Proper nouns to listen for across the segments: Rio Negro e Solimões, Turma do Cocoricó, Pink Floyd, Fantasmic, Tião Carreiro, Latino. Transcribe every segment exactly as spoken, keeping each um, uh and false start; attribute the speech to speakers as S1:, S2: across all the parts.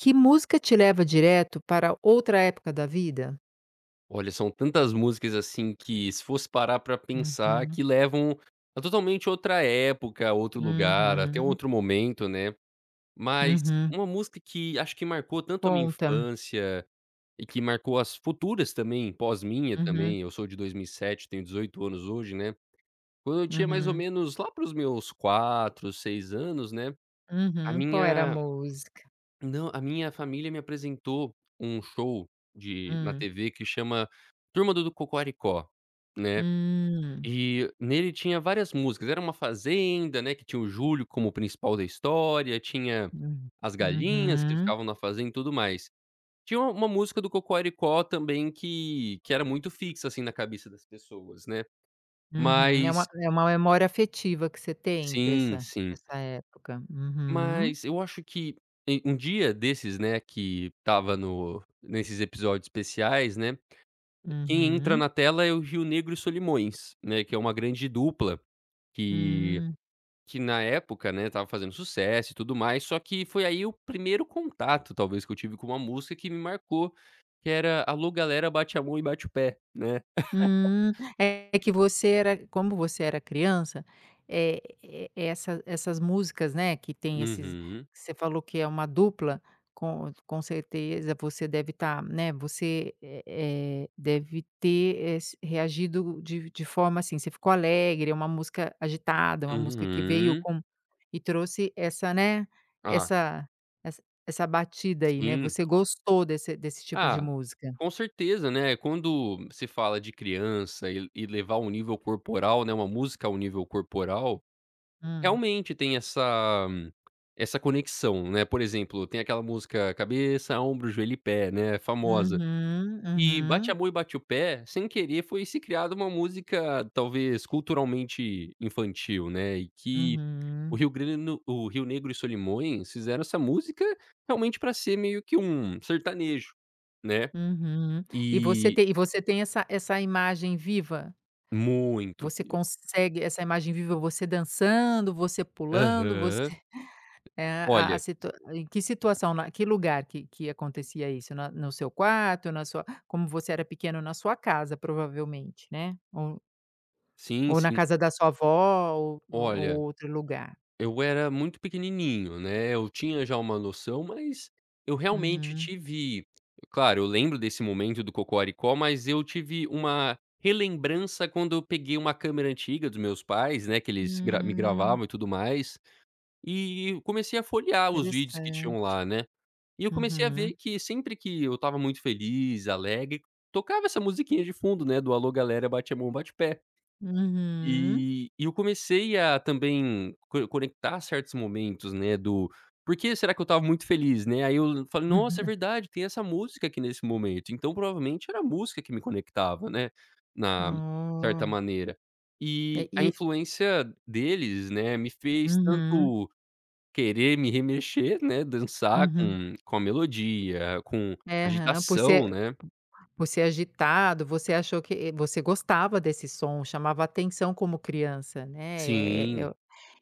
S1: Que música te leva direto para outra época da vida?
S2: Olha, são tantas músicas, assim, que se fosse parar pra pensar
S1: Uhum,
S2: que levam a totalmente outra época, outro lugar, até
S1: uhum,
S2: outro momento, né. Mas
S1: uhum.
S2: uma música que acho que marcou tanto a minha
S1: Conta.
S2: infância e que marcou as futuras também, pós minha
S1: Uhum,
S2: também, eu sou de dois mil e sete, tenho dezoito anos hoje, né. Quando eu tinha mais ou
S1: uhum,
S2: menos lá para os meus quatro, seis anos, né, a
S1: uhum. Qual era a
S2: minha,
S1: música?
S2: não, a minha família me apresentou um show de na
S1: Hum.
S2: tê vê que chama Turma do Cocoricó, né,
S1: Hum.
S2: e nele tinha várias músicas, era uma fazenda, né, que tinha o Júlio como o principal da história, tinha
S1: Hum.
S2: as galinhas que
S1: Uhum,
S2: ficavam na fazenda e tudo mais. Tinha uma uma música do Cocoricó também que que era muito fixa, assim, na cabeça das pessoas, né,
S1: uhum. É
S2: mas
S1: uma é uma memória afetiva que você tem
S2: sim,
S1: dessa
S2: sim.
S1: dessa época? Uhum,
S2: Mas eu acho que em um dia desses, né, que estava no nesses episódios especiais, né, quem entra
S1: uhum.
S2: na tela é o Rio Negro e Solimões, né, que é uma grande dupla que
S1: Hum.
S2: que na época, né, estava fazendo sucesso e tudo mais, só que foi aí o primeiro contato talvez que eu tive com uma música que me marcou, que era "Alô galera, bate a mão e bate o pé", né.
S1: Hum, é que você era, como você era criança, eh, e essa essas músicas, né, que tem esses,
S2: Uhum,
S1: você falou que é uma dupla, com com certeza você deve estar, né, você, eh eh, deve ter, eh, s reagido de de forma assim, você ficou alegre, é uma música agitada, uma música que veio
S2: uhum.
S1: com e trouxe essa, né,
S2: Ah,
S1: essa essa essa batida aí, né,
S2: sim.
S1: você gostou desse desse tipo de
S2: Ah,
S1: música.
S2: com certeza, né, quando se fala de criança e e levar um nível corporal, né, uma música ao nível corporal,
S1: Hum.
S2: realmente tem essa essa conexão, né, por exemplo, tem aquela música cabeça, ombro, joelho e pé, né, famosa.
S1: Uhum,
S2: E bate a
S1: uhum,
S2: mão e bate o pé, sem querer foi se criada uma música talvez culturalmente infantil, né, e que o
S1: uhum,
S2: Rio Grande no o Rio Negro e Solimões fizeram essa música realmente para ser meio que um sertanejo, né.
S1: uhum. E você
S2: E
S1: tem e você tem essa essa imagem viva?
S2: muito
S1: Você
S2: frio.
S1: consegue essa imagem viva, você dançando, você pulando,
S2: Aham.
S1: você é a a
S2: Olha,
S1: situa, em que situação, na que lugar que que acontecia isso? Na, no seu quarto, na sua, como você era pequeno, na sua casa, provavelmente, né? Ou
S2: sim,
S1: ou na
S2: sim.
S1: casa da sua avó ou ou ou
S2: Olha,
S1: outro lugar.
S2: eu era muito pequenininho, né, eu tinha já uma noção, mas eu realmente
S1: Uhum.
S2: tive, claro, eu lembro desse momento do Cocoricó, mas eu tive uma relembrança quando eu peguei uma câmera antiga dos meus pais, né, que eles gra me
S1: Hum,
S2: gravavam e tudo mais. E eu comecei a folhear os vídeos que tinham
S1: interessante.
S2: lá, né. E eu comecei a ver
S1: Uhum,
S2: que sempre que eu estava muito feliz, alegre, tocava essa musiquinha de fundo, né, do "Alô galera, bate a mão, bate o pé".
S1: uhum.
S2: E e eu comecei a também co conectar certos momentos, né, do por que será que eu estava muito feliz, né. Aí eu falei: "Nossa, é
S1: Uhum.
S2: verdade, tem essa música aqui nesse momento". Então provavelmente era a música que me conectava, né, na certa
S1: Oh,
S2: maneira. E
S1: é
S2: a
S1: e
S2: influência deles, né, me fez
S1: uhum,
S2: tanto querer me remexer, né, dançar
S1: uhum.
S2: com com a melodia, com
S1: É, aham. Por
S2: agitação,
S1: ser
S2: né.
S1: por ser agitado, você achou que você gostava desse som, chamava atenção como criança, né, eh eh,
S2: Sim.
S1: eu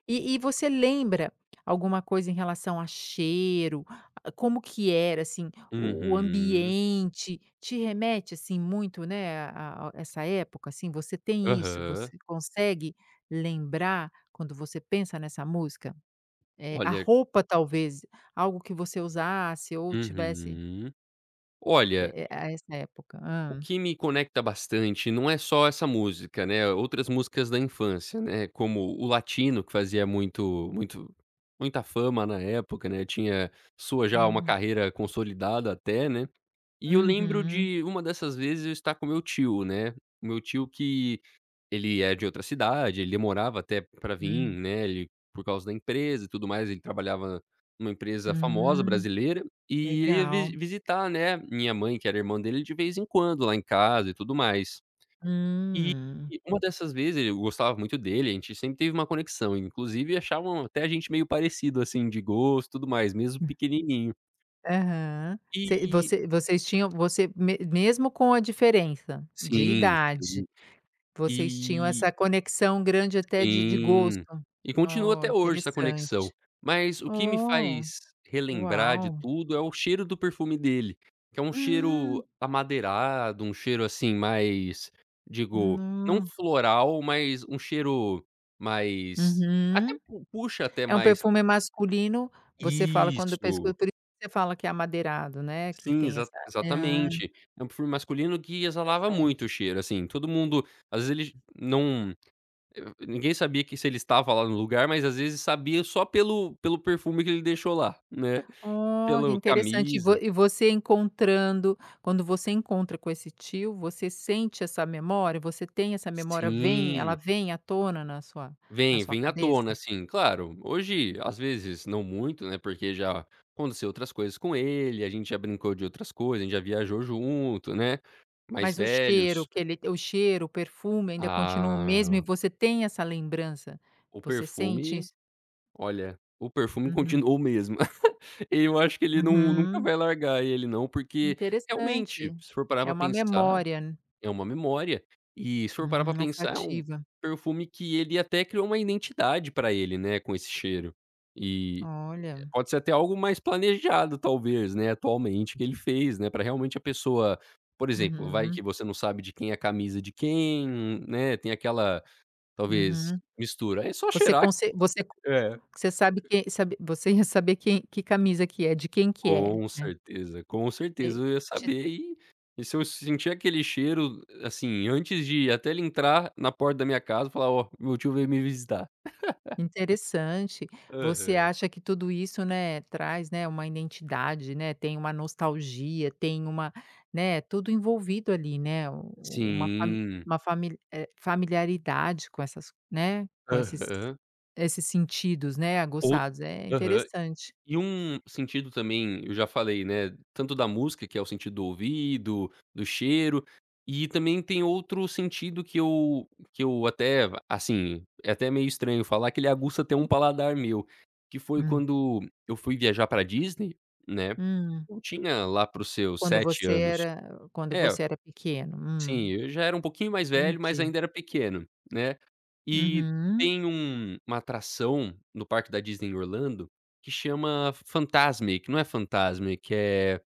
S1: e e você lembra alguma coisa em relação a cheiro? A- Como que era, assim, o o
S2: Uhum.
S1: ambiente? Te remete, assim, muito, né, a a essa época, assim, você tem isso?
S2: Aham.
S1: Você consegue lembrar quando você pensa nessa música? Eh, a
S2: Olha,
S1: roupa talvez, algo que você usasse ou tivesse,
S2: uhum.
S1: eh
S2: Olha,
S1: eh, a essa época.
S2: o
S1: Hã.
S2: que me conecta bastante não é só essa música, né, outras músicas da infância, né, como o Latino que fazia muito muito muita fama na época, né, tinha sua já uma
S1: Uhum.
S2: carreira consolidada até, né. E eu lembro
S1: Uhum.
S2: de uma dessas vezes eu estar com meu tio, né, o meu tio que ele é de outra cidade, ele demorava até pra vir,
S1: Hum.
S2: né, ele por causa da empresa e tudo mais, ele trabalhava numa empresa famosa
S1: Hum,
S2: brasileira, e ele ia vi
S1: legal.
S2: visitar, né, minha mãe, que era irmã dele, de vez em quando lá em casa e tudo mais. E
S1: Hum.
S2: uma dessas vezes ele eu gostava muito dele, a gente sempre teve uma conexão, inclusive achavam até a gente meio parecido, assim, de gosto, e tudo mais, mesmo pequenininho.
S1: Aham. Você
S2: E
S1: você vocês tinham, você me mesmo com a diferença de
S2: sim,
S1: idade,
S2: sim.
S1: vocês tinham
S2: E
S1: essa conexão grande até de de gosto.
S2: sim. E continua
S1: Oh,
S2: até hoje essa
S1: interessante.
S2: conexão. Mas o que me
S1: Oh,
S2: faz relembrar de
S1: uau.
S2: tudo é o cheiro do perfume dele, que é um cheiro
S1: Hum.
S2: amadeirado, um cheiro, assim, mais, digo, não
S1: No.
S2: floral, mas um cheiro mais até
S1: Uhum.
S2: pu puxa até
S1: É um
S2: mais
S1: perfume masculino, você fala quando pescu
S2: isso.
S1: por isso que você fala que é amadeirado, né, que
S2: Sim,
S1: tem
S2: exa
S1: essa ah,
S2: exatamente. É um perfume masculino que exalava muito
S1: interessante.
S2: o cheiro, assim, todo mundo às vezes ele não. Eu, ninguém sabia que se ele estava lá no lugar, mas às vezes sabia só pelo pelo perfume que ele deixou lá, né,
S1: Oh, que
S2: pelo
S1: interessante. E vo
S2: camisa.
S1: e você encontrando, quando você encontra com esse tio, você sente essa memória? Você tem essa memória, vem, ela
S2: Sim,
S1: vem à tona na sua, na
S2: vem,
S1: sua
S2: vem à tona,
S1: cabeça?
S2: assim, claro, hoje, às vezes, não muito, né, porque já aconteceu outras coisas com ele, a gente já brincou de outras coisas, a gente já viajou junto, né, mais
S1: Mas o cheiro
S2: velhos.
S1: que ele, o cheiro, o perfume ainda continua o mesmo e
S2: Ah,
S1: você tem essa lembrança?
S2: o
S1: Você sente
S2: perfume,
S1: isso?
S2: olha, o perfume
S1: Uhum,
S2: continuou o mesmo. Eu acho que ele não, nunca
S1: uhum.
S2: vai largar ele não, porque realmente,
S1: Interessante.
S2: se for parar
S1: É
S2: pra
S1: uma
S2: pensar,
S1: memória, né?
S2: é uma memória. E se for parar pra
S1: Uhum,
S2: pensar, é um
S1: olfativa.
S2: perfume que ele até criou uma identidade pra ele, né, com esse cheiro. E
S1: Olha.
S2: pode ser até algo mais planejado talvez, né, atualmente que ele fez, né, pra realmente a pessoa, por exemplo, vai que
S1: Uhum,
S2: você não sabe de quem é a camisa de quem, né, tem aquela, talvez,
S1: uhum.
S2: mistura. É só
S1: Você
S2: cheirar.
S1: conse você,
S2: É.
S1: você sabe que sabe, você ia saber quem que camisa que é, de quem que é.
S2: Com certeza, com
S1: E
S2: certeza eu ia
S1: te
S2: saber e e se eu sentir aquele cheiro, assim, antes de até ele entrar na porta da minha casa, falar: "Ó, meu tio veio me visitar".
S1: interessante. Você
S2: Aham.
S1: acha que tudo isso, né, traz, né, uma identidade, né, tem uma nostalgia, tem uma, né, tudo envolvido ali, né, u u- uma fa
S2: Sim.
S1: uma famili, eh, familiaridade com essas, né, com esses
S2: Aham.
S1: esses sentidos, né,
S2: Ou
S1: aguçados. É
S2: aham.
S1: interessante.
S2: E um sentido também, eu já falei, né, tanto da música, que é o sentido do ouvido, do cheiro, e também tem outro sentido que eu que eu até, assim, é até meio estranho falar, que ele aguça até um paladar meu, que foi
S1: Hum.
S2: quando eu fui viajar pra Disney, né,
S1: Hum.
S2: eu tinha lá para os seus
S1: Quando
S2: sete
S1: você
S2: anos.
S1: era quando
S2: É.
S1: você era pequeno.
S2: Sim,
S1: Hum,
S2: eu já era um pouquinho mais velho, mas
S1: entendi.
S2: ainda era pequeno, né. E
S1: Uhum.
S2: tem um uma atração no parque da Disney em Orlando que chama Fantasmic, não é Fantasmic, eh,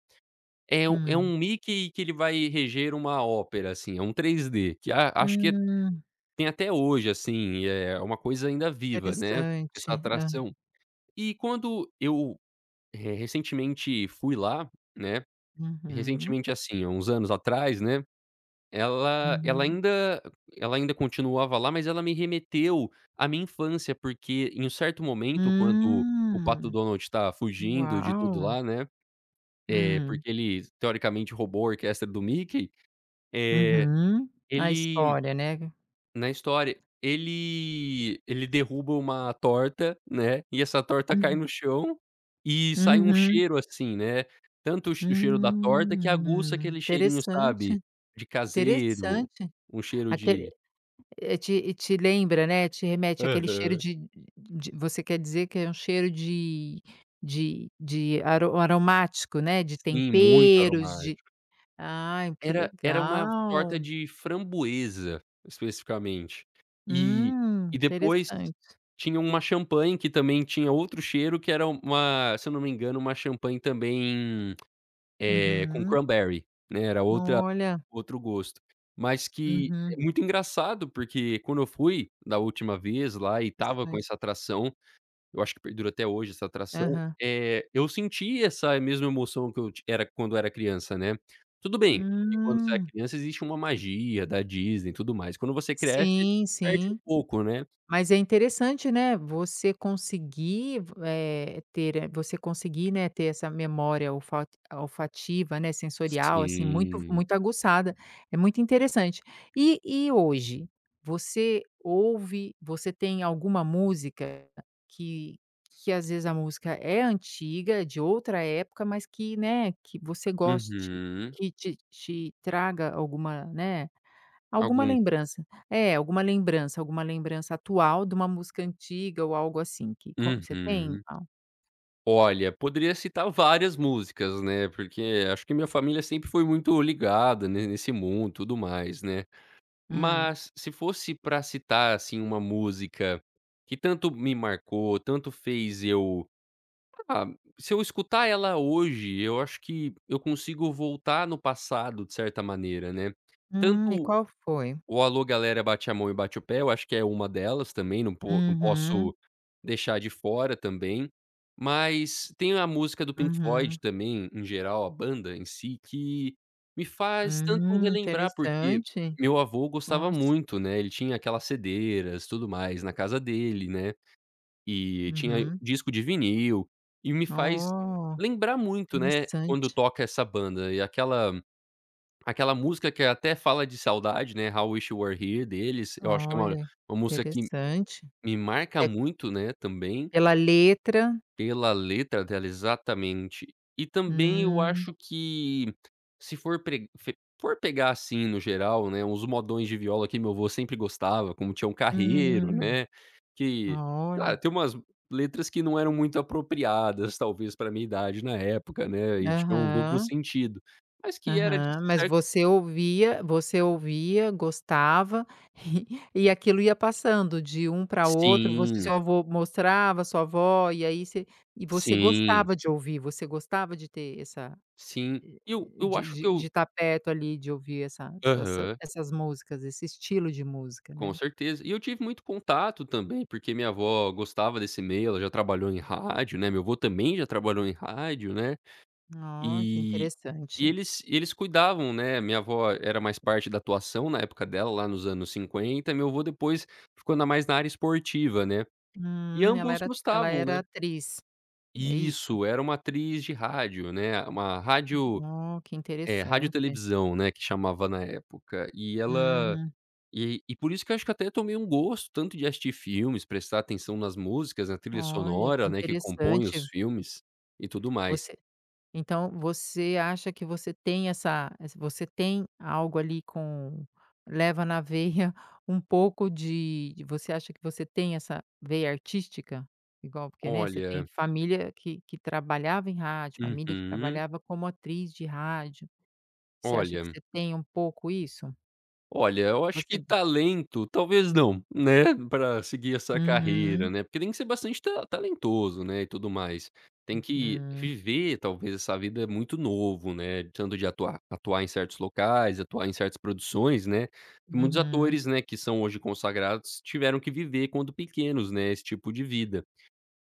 S2: é um é
S1: Hum.
S2: um Mickey que ele vai reger uma ópera, assim, é um três d que a acho que
S1: Hum,
S2: tem até hoje, assim, é é uma coisa ainda viva, né, essa
S1: interessante. Hã.
S2: atração. E quando eu, eh, recentemente fui lá, né,
S1: Uhum.
S2: recentemente assim, há uns anos atrás, né, ela ela
S1: Uhum.
S2: ainda ela ainda continuava lá, mas ela me remeteu à minha infância, porque em um certo momento, quando o Pato
S1: Hum.
S2: Donald está fugindo de tudo
S1: Uau.
S2: lá, né, é
S1: Hum.
S2: porque ele teoricamente roubou a orquestra do Mickey, é
S1: Uhum. A
S2: ele
S1: história, né.
S2: na história, ele ele derruba uma torta, né, e essa torta cai
S1: Uhum.
S2: no chão e sai um
S1: Uhum.
S2: cheiro, assim, né, tanto o che o cheiro da torta que aguça
S1: Hum.
S2: aquele cheirinho, sabe,
S1: Interessante,
S2: de caseiro,
S1: interessante.
S2: um cheiro
S1: Aque
S2: de.
S1: Eh, te te lembra, né, te remete àquele cheiro
S2: Aham.
S1: de de você quer dizer que é um cheiro de, de de aro um aromático, né, de
S2: Sim, muito
S1: temperos, de
S2: aromático.
S1: ai, que
S2: Era era uma torta
S1: legal.
S2: de framboesa, especificamente. E e
S1: Hum,
S2: depois
S1: interessante.
S2: tinha uma champanhe que também tinha outro cheiro que era uma, se eu não me engano, uma champanhe também, eh, com
S1: Uhum.
S2: cranberry, né, era outra,
S1: Olha.
S2: outro gosto. Mas que é
S1: Uhum.
S2: muito engraçado, porque quando eu fui da última vez lá e tava com
S1: Interessante.
S2: essa atração, eu acho que perdura até hoje essa atração,
S1: Aham.
S2: eh, eu senti essa mesma emoção que eu ti era quando era criança, né. Tudo bem que quando você é
S1: Hum.
S2: criança existe uma magia da Disney e tudo mais, quando você cresce,
S1: Sim,
S2: perde um
S1: sim.
S2: pouco, né.
S1: Mas é interessante, né, você conseguir, eh, ter, eh, você conseguir, né, ter essa memória olfa olfativa, né, sensorial, assim, muito
S2: Sim.
S1: muito aguçada. É muito interessante. E e hoje, você ouve, você tem alguma música que que às vezes a música é antiga, de outra época, mas que, né, que você goste,
S2: Uhum.
S1: que te te traga alguma, né, alguma
S2: Algum.
S1: lembrança. É, alguma lembrança, alguma lembrança atual de uma música antiga ou algo assim que co você tem?
S2: Uhum.
S1: Al
S2: Olha, poderia citar várias músicas, né, porque acho que minha família sempre foi muito ligada ne nesse mundo, tudo mais, né.
S1: hum.
S2: Mas se fosse pra citar, assim, uma música que tanto me marcou, tanto fez eu, ah, se eu escutar ela hoje, eu acho que eu consigo voltar no passado de certa maneira, né.
S1: Hum, e
S2: Tanto
S1: qual foi?
S2: o "Alô galera, bate a mão e bate o pé", eu acho que é uma delas também, não po não
S1: Uhum,
S2: posso deixar de fora também. Mas tem a música do Pink Floyd
S1: uhum.
S2: também, em geral, a banda em si, que me faz tanto
S1: Hum,
S2: relembrar, porque
S1: interessante.
S2: meu avô gostava
S1: Nossa.
S2: muito, né, ele tinha aquelas cedeiras, tudo mais, na casa dele, né, e tinha
S1: Uhum.
S2: disco de vinil, e me faz
S1: Oh,
S2: lembrar muito, né, quando
S1: interessante.
S2: toca essa banda e aquela, aquela música que até fala de saudade, né, "How Wish You Were Here" deles, eu acho que é uma
S1: Olha,
S2: uma música que
S1: interessante.
S2: me marca
S1: É
S2: muito, né, também,
S1: pela letra.
S2: pela letra dela, exatamente. E também eu
S1: Hum,
S2: acho que se for pre fe for pegar, assim, no geral, né, uns modões de viola que meu avô sempre gostava, como Tião Carreiro,
S1: hum.
S2: né, que,
S1: Olha.
S2: ah, tem umas letras que não eram muito apropriadas, talvez, para minha idade na época, né, e tinham um duplo
S1: Aham.
S2: sentido, mas que era de
S1: Aham, mas
S2: cer
S1: você ouvia, você ouvia, gostava e aquilo ia passando de um para outro, você,
S2: sim.
S1: sua avô mostrava, sua avó, e aí você e você
S2: Sim,
S1: gostava de ouvir, você gostava de ter essa
S2: sim.
S1: e
S2: E eu eu
S1: de
S2: acho que
S1: de
S2: eu,
S1: de estar perto ali, de ouvir essa essa
S2: aham,
S1: essas músicas, esse estilo de música,
S2: com
S1: né.
S2: certeza. E eu tive muito contato também, porque minha avó gostava desse meio, ela já trabalhou em rádio, né, meu avô também já trabalhou em rádio, né,
S1: Ah, que
S2: e e
S1: interessante.
S2: eles eles cuidavam, né, minha avó era mais parte da atuação na época dela, lá nos anos cinquenta, meu avô depois ficou na mais na área esportiva, né, e
S1: Hum, ela
S2: ambos
S1: era ela
S2: gostavam,
S1: era
S2: né.
S1: atriz, é isso?
S2: Isso, era uma atriz de rádio, né, uma rádio.
S1: Oh, que
S2: É, rádio e
S1: interessante.
S2: televisão, né, que chamava na época. E ela
S1: Uhum.
S2: e e por isso que eu acho que até tomei um gosto tanto de assistir filmes, prestar atenção nas músicas, na trilha
S1: Olha, que
S2: sonora, né, que compõe os
S1: interessante.
S2: filmes e tudo mais.
S1: Você então você acha que você tem essa essa, você tem algo ali com, leva na veia um pouco de de- você acha que você tem essa veia artística? Igual porque, né, você tem
S2: Olha,
S1: família que que trabalhava em rádio, família que
S2: uhum.
S1: trabalhava como atriz de rádio. Você acha que
S2: Olha.
S1: você tem um pouco isso?
S2: Olha, eu acho que
S1: Você
S2: talento, talvez não, né, para seguir essa carreira,
S1: uhum,
S2: né, porque tem que ser bastante ta talentoso, né, e tudo mais. Tem que
S1: hum,
S2: viver talvez essa vida é muito novo, né, tanto de atuar atuar em certos locais, atuar em certas produções, né, que muitos
S1: uhum,
S2: atores, né, que são hoje consagrados tiveram que viver quando pequenos, né, esse tipo de vida.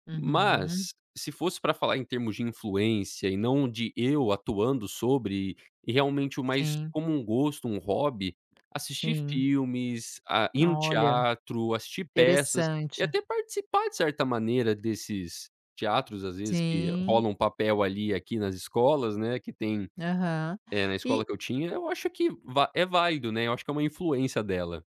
S1: uhum.
S2: Mas, se fosse para falar em termos de influência e não de eu atuando sobre, e realmente o mais
S1: Sim,
S2: como um gosto, um hobby, assistir
S1: sim.
S2: filmes, a ir no
S1: Olha,
S2: teatro, assistir peças e
S1: interessante.
S2: até participar de certa maneira desses teatros, às vezes, que
S1: Sim.
S2: rolam um papel ali e aqui nas escolas, né, que tem,
S1: Aham.
S2: eh, na escola
S1: E
S2: que eu tinha, eu acho que va é válido, né, eu acho que é uma influência dela.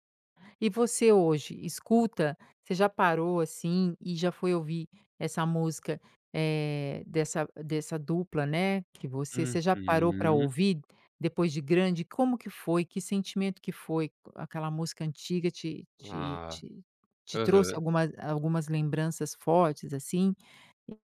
S1: e você hoje escuta, você já parou, assim, e já foi ouvir essa música, eh, dessa dessa dupla, né, que você você já parou para
S2: Uhum.
S1: ouvir depois de grande? Como que foi? Que sentimento que foi? Aquela música antiga te te
S2: Ah.
S1: te te trouxe
S2: Aham.
S1: algumas algumas lembranças fortes, assim?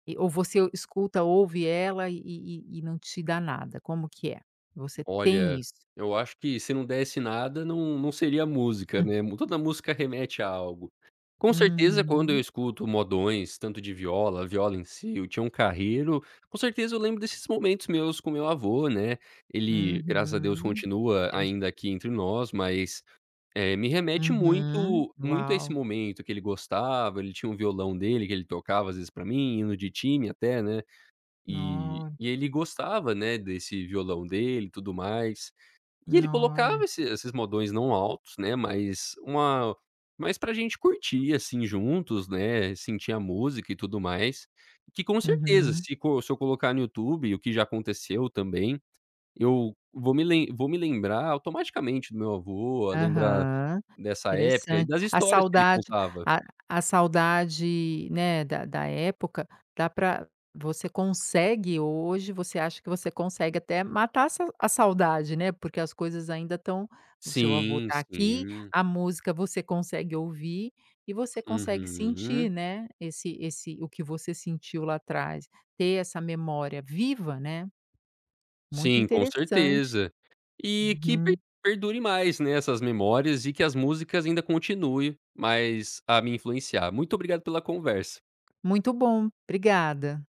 S1: E ou você escuta, ouve ela e e e não te dá nada, como que é? Você tem
S2: Olha,
S1: isso?
S2: eu acho que se não desse nada não não seria música,
S1: Hum.
S2: né, Mu- toda música remete a algo. Com certeza quando eu
S1: Uhum.
S2: escuto modões, tanto de viola, viola em si, o Tião Carreiro, com certeza eu lembro desses momentos meus com meu avô, né, ele, graças a Deus,
S1: Uhum.
S2: continua
S1: Interes
S2: ainda aqui entre nós, mas, eh, me remete
S1: Uhum.
S2: muito muito a esse
S1: Uau!
S2: momento que ele gostava, ele tinha um violão dele que ele tocava às vezes pra mim, hino de time até, né, e
S1: Nó
S2: e ele gostava, né, desse violão dele e tudo mais. E ele colocava
S1: olha.
S2: esse esses modões não altos, né, mas uma, mas pra gente curtir, assim, juntos, né, sentir a música e tudo mais, que com certeza
S1: Uhum.
S2: se co se eu colocar no YouTube, o que já aconteceu também, eu vou me lem vou me lembrar automaticamente do meu avô, a lembrar
S1: Aham,
S2: dessa época e
S1: interessante.
S2: das
S1: A
S2: histórias que ele
S1: saudade,
S2: contava.
S1: a a saudade, né, da da época, dá para, você consegue hoje, você acha que você consegue até matar a a saudade, né, porque as coisas ainda estão, o seu avô
S2: Sim,
S1: tá aqui,
S2: sim.
S1: a música você consegue ouvir e você consegue
S2: Uhum.
S1: sentir, né, esse esse, o que você sentiu lá atrás, ter essa memória viva, né, muito
S2: Sim, com
S1: interessante.
S2: certeza. E que per
S1: Uhum.
S2: perdure mais, né, essas memórias e que as músicas ainda continuem, mais a me influenciar. Muito obrigado pela conversa.
S1: Muito bom, obrigada.